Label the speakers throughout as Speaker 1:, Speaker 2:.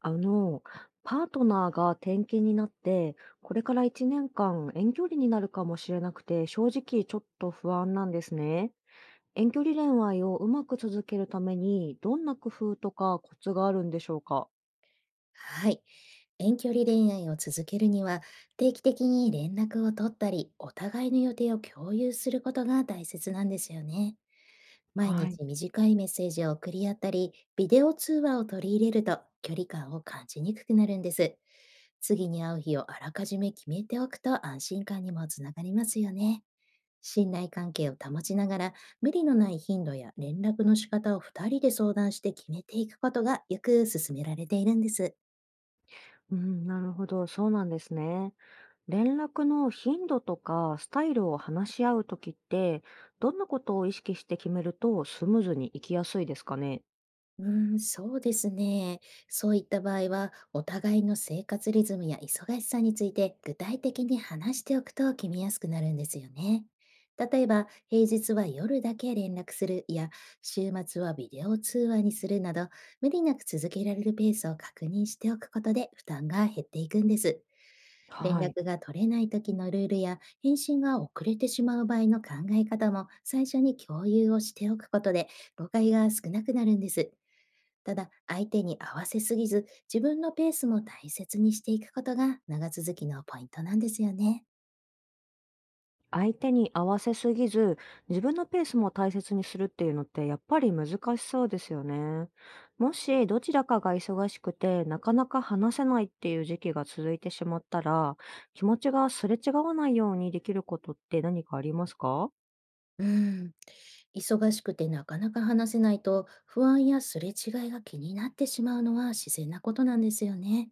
Speaker 1: あの、パートナーが転勤になって、これから1年間遠距離になるかもしれなくて、正直ちょっと不安なんですね。遠距離恋愛をうまく続けるために、どんな工夫とかコツがあるんでしょうか？
Speaker 2: はい。遠距離恋愛を続けるには、定期的に連絡を取ったり、お互いの予定を共有することが大切なんですよね。毎
Speaker 1: はい。
Speaker 2: 日短いメッセージを送り合ったり、ビデオ通話を取り入れると距離感を感じにくくなるんです。次に会う日をあらかじめ決めておくと安心感にもつながりますよね。信頼関係を保ちながら、無理のない頻度や連絡の仕方を2人で相談して決めていくことがよく勧められているんです。
Speaker 1: うん、なるほど。そうなんですね。連絡の頻度とかスタイルを話し合うときって、どんなことを意識して決めるとスムーズにいきやすいですかね？
Speaker 2: うーん、そうですね。そういった場合は、お互いの生活リズムや忙しさについて具体的に話しておくと決めやすくなるんですよね。例えば、平日は夜だけ連絡するや、週末はビデオ通話にするなど、無理なく続けられるペースを確認しておくことで負担が減っていくんです。連
Speaker 1: はい。
Speaker 2: 絡が取れない時のルールや返信が遅れてしまう場合の考え方も最初に共有をしておくことで、誤解が少なくなるんです。ただ、相手に合わせすぎず、自分のペースも大切にしていくことが長続きのポイントなんですよね。
Speaker 1: 相手に合わせすぎず、自分のペースも大切にするっていうのってやっぱり難しそうですよね。もしどちらかが忙しくてなかなか話せないっていう時期が続いてしまったら、気持ちがすれ違わないようにできることって何かありますか？
Speaker 2: うん。忙しくてなかなか話せないと、不安やすれ違いが気になってしまうのは自然なことなんですよね。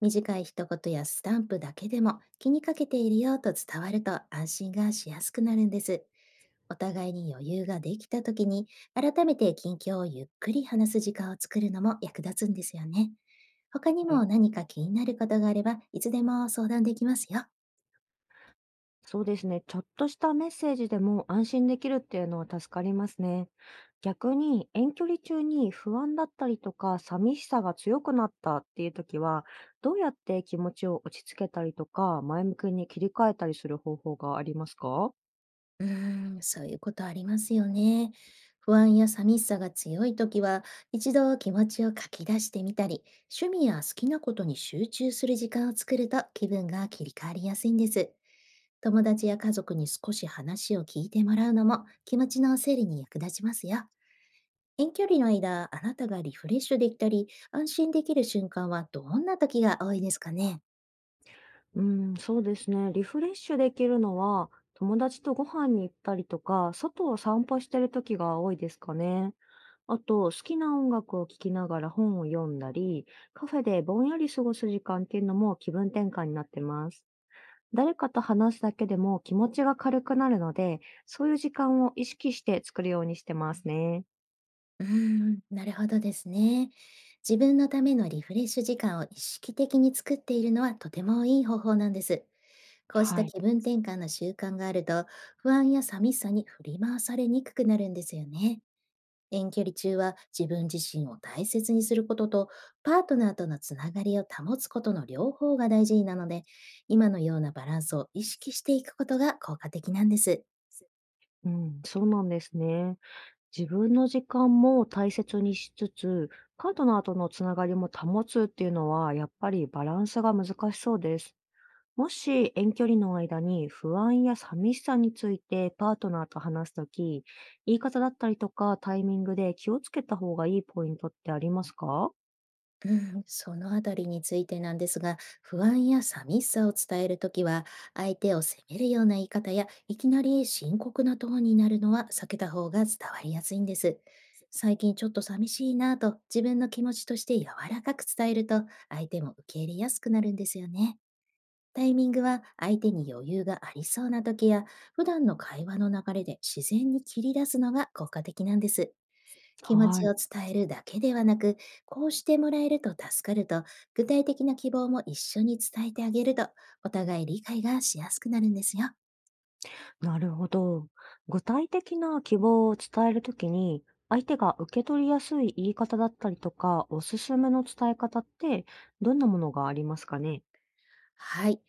Speaker 2: 短い一言やスタンプだけでも気にかけているよと伝わると安心がしやすくなるんです。お互いに余裕ができた時に、改めて近況をゆっくり話す時間を作るのも役立つんですよね。他にも
Speaker 1: は、
Speaker 2: 何か気になることがあればいつでも相談できますよ。
Speaker 1: そうですね。ちょっとしたメッセージでも安心できるっていうのは助かりますね。逆に遠距離中に不安だったりとか寂しさが強くなったっていう時は、どうやって気持ちを落ち着けたりとか、前向きに切り替えたりする方法がありますか？
Speaker 2: うーん、そういうことありますよね。不安や寂しさが強いときは、一度気持ちを書き出してみたり、趣味や好きなことに集中する時間を作ると気分が切り替わりやすいんです。友達や家族に少し話を聞いてもらうのも気持ちの整理に役立ちますよ。遠距離の間、あなたがリフレッシュできたり、安心できる瞬間はどんな時が多いですかね？
Speaker 1: うん、そうですね。リフレッシュできるのは、友達とご飯に行ったりとか、外を散歩してる時が多いですかね。あと、好きな音楽を聴きながら本を読んだり、カフェでぼんやり過ごす時間っていうのも気分転換になってます。誰かと話すだけでも気持ちが軽くなるので、そういう時間を意識して作るようにしてますね。
Speaker 2: うーん、なるほどですね。自分のためのリフレッシュ時間を意識的に作っているのはとてもいい方法なんです。こうした
Speaker 1: はい。
Speaker 2: 気分転換の習慣があると、不安や寂しさに振り回されにくくなるんですよね。遠距離中は自分自身を大切にすることと、パートナーとのつながりを保つことの両方が大事なので、今のようなバランスを意識していくことが効果的なんです。
Speaker 1: うん、そうなんですね。自分の時間も大切にしつつ、パートナーとのつながりも保つっていうのは、やっぱりバランスが難しそうです。もし遠距離の間に不安や寂しさについてパートナーと話すとき、言い方だったりとかタイミングで気をつけた方がいいポイントってありますか？
Speaker 2: うん、そのあたりについてなんですが、不安や寂しさを伝えるときは、相手を責めるような言い方や、いきなり深刻なトーンになるのは避けた方が伝わりやすいんです。最近ちょっと寂しいなぁと自分の気持ちとして柔らかく伝えると、相手も受け入れやすくなるんですよね。タイミングは相手に余裕がありそうな時や、普段の会話の流れで自然に切り出すのが効果的なんです。気持
Speaker 1: は
Speaker 2: ち
Speaker 1: い。
Speaker 2: を伝えるだけではなく、こうしてもらえると助かると、具体的な希望も一緒に伝えてあげると、お互い理解がしやすくなるんですよ。
Speaker 1: なるほど。具体的な希望を伝えるときに、相手が受け取りやすい言い方だったりとか、おすすめの伝え方ってどんなものがありますかね？
Speaker 2: はい。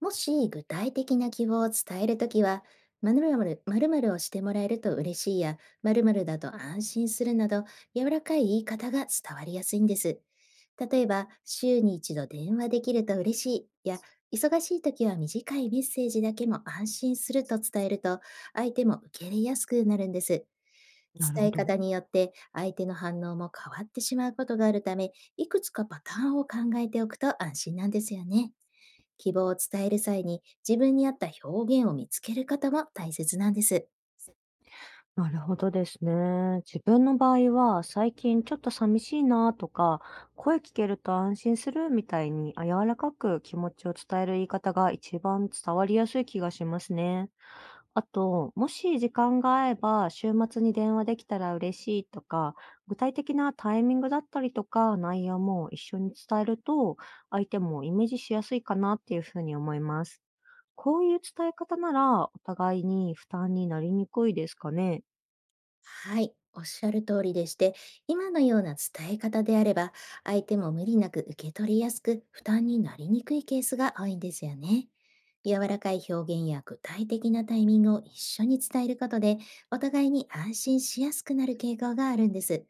Speaker 2: もし具体的な希望を伝えるときは、〇〇〇〇をしてもらえると嬉しいや、〇〇だと安心するなど、柔らかい言い方が伝わりやすいんです。例えば、週に一度電話できると嬉しいや、忙しいときは短いメッセージだけも安心すると伝えると、相手も受け入れやすくなるんです。
Speaker 1: なるほ
Speaker 2: 伝え
Speaker 1: ど。
Speaker 2: 方によって相手の反応も変わってしまうことがあるため、いくつかパターンを考えておくと安心なんですよね。希望を伝える際に、自分に合った表現を見つける方も大切なんです。
Speaker 1: なるほどですね。自分の場合は、最近ちょっと寂しいなとか、声聞けると安心するみたいに、あ、柔らかく気持ちを伝える言い方が一番伝わりやすい気がしますね。あと、もし時間が合えば、週末に電話できたら嬉しいとか、具体的なタイミングだったりとか、内容も一緒に伝えると、相手もイメージしやすいかなっていうふうに思います。こういう伝え方なら、お互いに負担になりにくいですかね。
Speaker 2: はい、おっしゃる通りでして、今のような伝え方であれば、相手も無理なく受け取りやすく、負担になりにくいケースが多いんですよね。柔らかい表現や具体的なタイミングを一緒に伝えることで、お互いに安心しやすくなる傾向があるんです。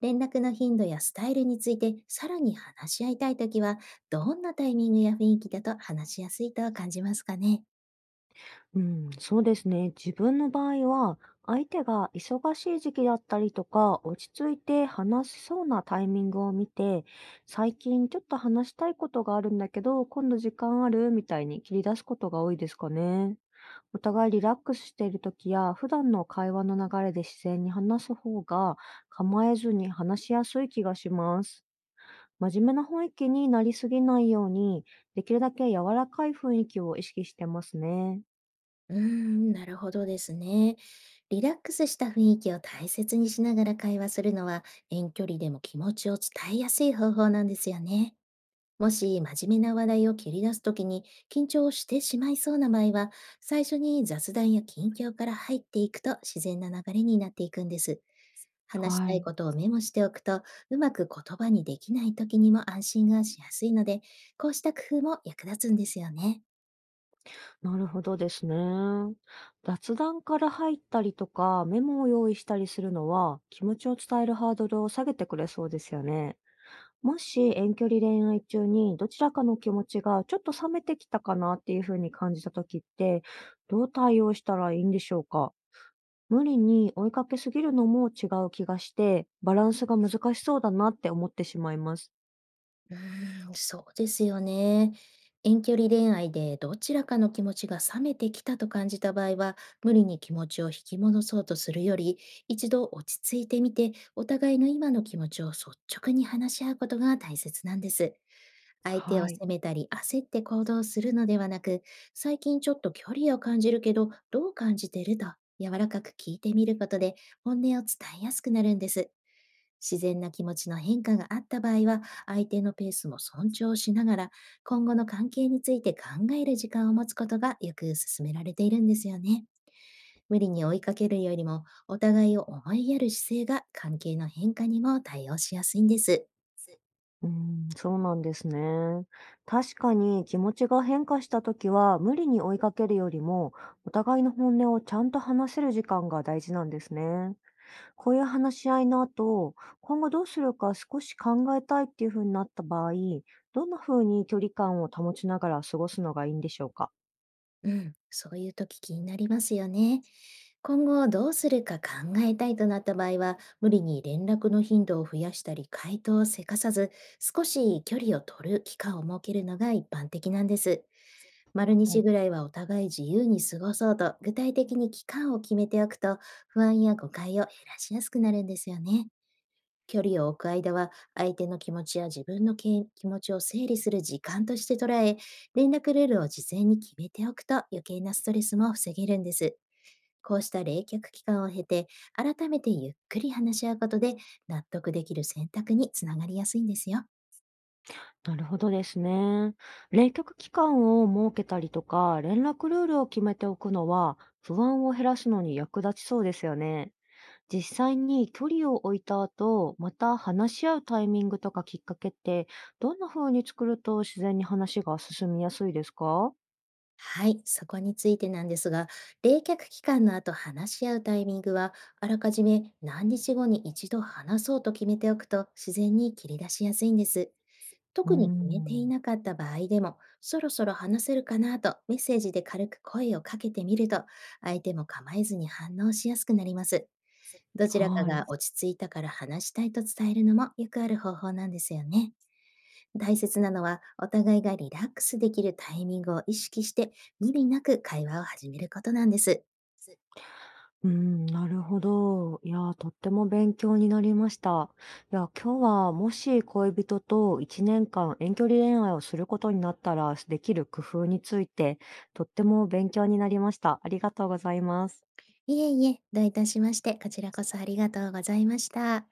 Speaker 2: 連絡の頻度やスタイルについてさらに話し合いたいときは、どんなタイミングや雰囲気だと話しやすいと感じますかね？
Speaker 1: うん、そうですね。自分の場合は、相手が忙しい時期だったりとか、落ち着いて話しそうなタイミングを見て、最近ちょっと話したいことがあるんだけど、今度時間あるみたいに切り出すことが多いですかね。お互いリラックスしている時や、普段の会話の流れで自然に話す方が、構えずに話しやすい気がします。真面目な雰囲気になりすぎないように、できるだけ柔らかい雰囲気を意識してますね。
Speaker 2: うーん、なるほどですね。リラックスした雰囲気を大切にしながら会話するのは、遠距離でも気持ちを伝えやすい方法なんですよね。もし真面目な話題を切り出すときに緊張をしてしまいそうな場合は、最初に雑談や近況から入っていくと自然な流れになっていくんです。話し
Speaker 1: は
Speaker 2: たい
Speaker 1: い。
Speaker 2: ことをメモしておくと、うまく言葉にできないときにも安心がしやすいので、こうした工夫も役立つんですよね。
Speaker 1: なるほどですね。雑談から入ったりとか、メモを用意したりするのは、気持ちを伝えるハードルを下げてくれそうですよね。もし遠距離恋愛中にどちらかの気持ちがちょっと冷めてきたかなっていうふうに感じた時って、どう対応したらいいんでしょうか？無理に追いかけすぎるのも違う気がして、バランスが難しそうだなって思ってしまいます。
Speaker 2: うーん、そうですよね。遠距離恋愛でどちらかの気持ちが冷めてきたと感じた場合は、無理に気持ちを引き戻そうとするより、一度落ち着いてみて、お互いの今の気持ちを率直に話し合うことが大切なんです。相手
Speaker 1: は
Speaker 2: を
Speaker 1: い。
Speaker 2: 責めたり焦って行動するのではなく、最近ちょっと距離を感じるけど、どう感じてると柔らかく聞いてみることで、本音を伝えやすくなるんです。自然な気持ちの変化があった場合は、相手のペースも尊重しながら、今後の関係について考える時間を持つことがよく勧められているんですよね。無理に追いかけるよりも、お互いを思いやる姿勢が関係の変化にも対応しやすいんです。
Speaker 1: す。うん、そうなんですね。確かに気持ちが変化した時は、無理に追いかけるよりも、お互いの本音をちゃんと話せる時間が大事なんですね。こういう話し合いの後、今後どうするか少し考えたいっていう風になった場合、どんな風に距離感を保ちながら過ごすのがいいんでしょうか？
Speaker 2: うん、そういう時気になりますよね。今後どうするか考えたいとなった場合は、無理に連絡の頻度を増やしたり、回答をせかさず、少し距離を取る期間を設けるのが一般的なんです。
Speaker 1: は
Speaker 2: 丸日
Speaker 1: い。
Speaker 2: ぐらいはお互い自由に過ごそうと具体的に期間を決めておくと、不安や誤解を減らしやすくなるんですよね。距離を置く間は相手の気持ちや自分の気持ちを整理する時間として捉え、連絡ルールを事前に決めておくと余計なストレスも防げるんです。こうした冷却期間を経て、改めてゆっくり話し合うことで、納得できる選択につながりやすいんですよ。
Speaker 1: なるほどですね。冷却期間を設けたりとか、連絡ルールを決めておくのは、不安を減らすのに役立ちそうですよね。実際に距離を置いた後、また話し合うタイミングとかきっかけって、どんな風に作ると自然に話が進みやすいですか？
Speaker 2: はい、そこについてなんですが、冷却期間の後話し合うタイミングは、あらかじめ何日後に一度話そうと決めておくと自然に切り出しやすいんです。
Speaker 1: うー
Speaker 2: 特に決めてい
Speaker 1: ん、
Speaker 2: なかった場合でも、そろそろ話せるかなとメッセージで軽く声をかけてみると、相手も構えずに反応しやすくなります。どちらか
Speaker 1: は
Speaker 2: が
Speaker 1: い。
Speaker 2: 落ち着いたから話したいと伝えるのもよくある方法なんですよね。大切なのは、お互いがリラックスできるタイミングを意識して、無理なく会話を始めることなんです。
Speaker 1: うん、なるほど。いやー、とっても勉強になりました。いや、今日はもし恋人と1年間遠距離恋愛をすることになったらできる工夫について、とっても勉強になりました。ありがとうございます。
Speaker 2: いえいえ、どういたしまして、こちらこそありがとうございました。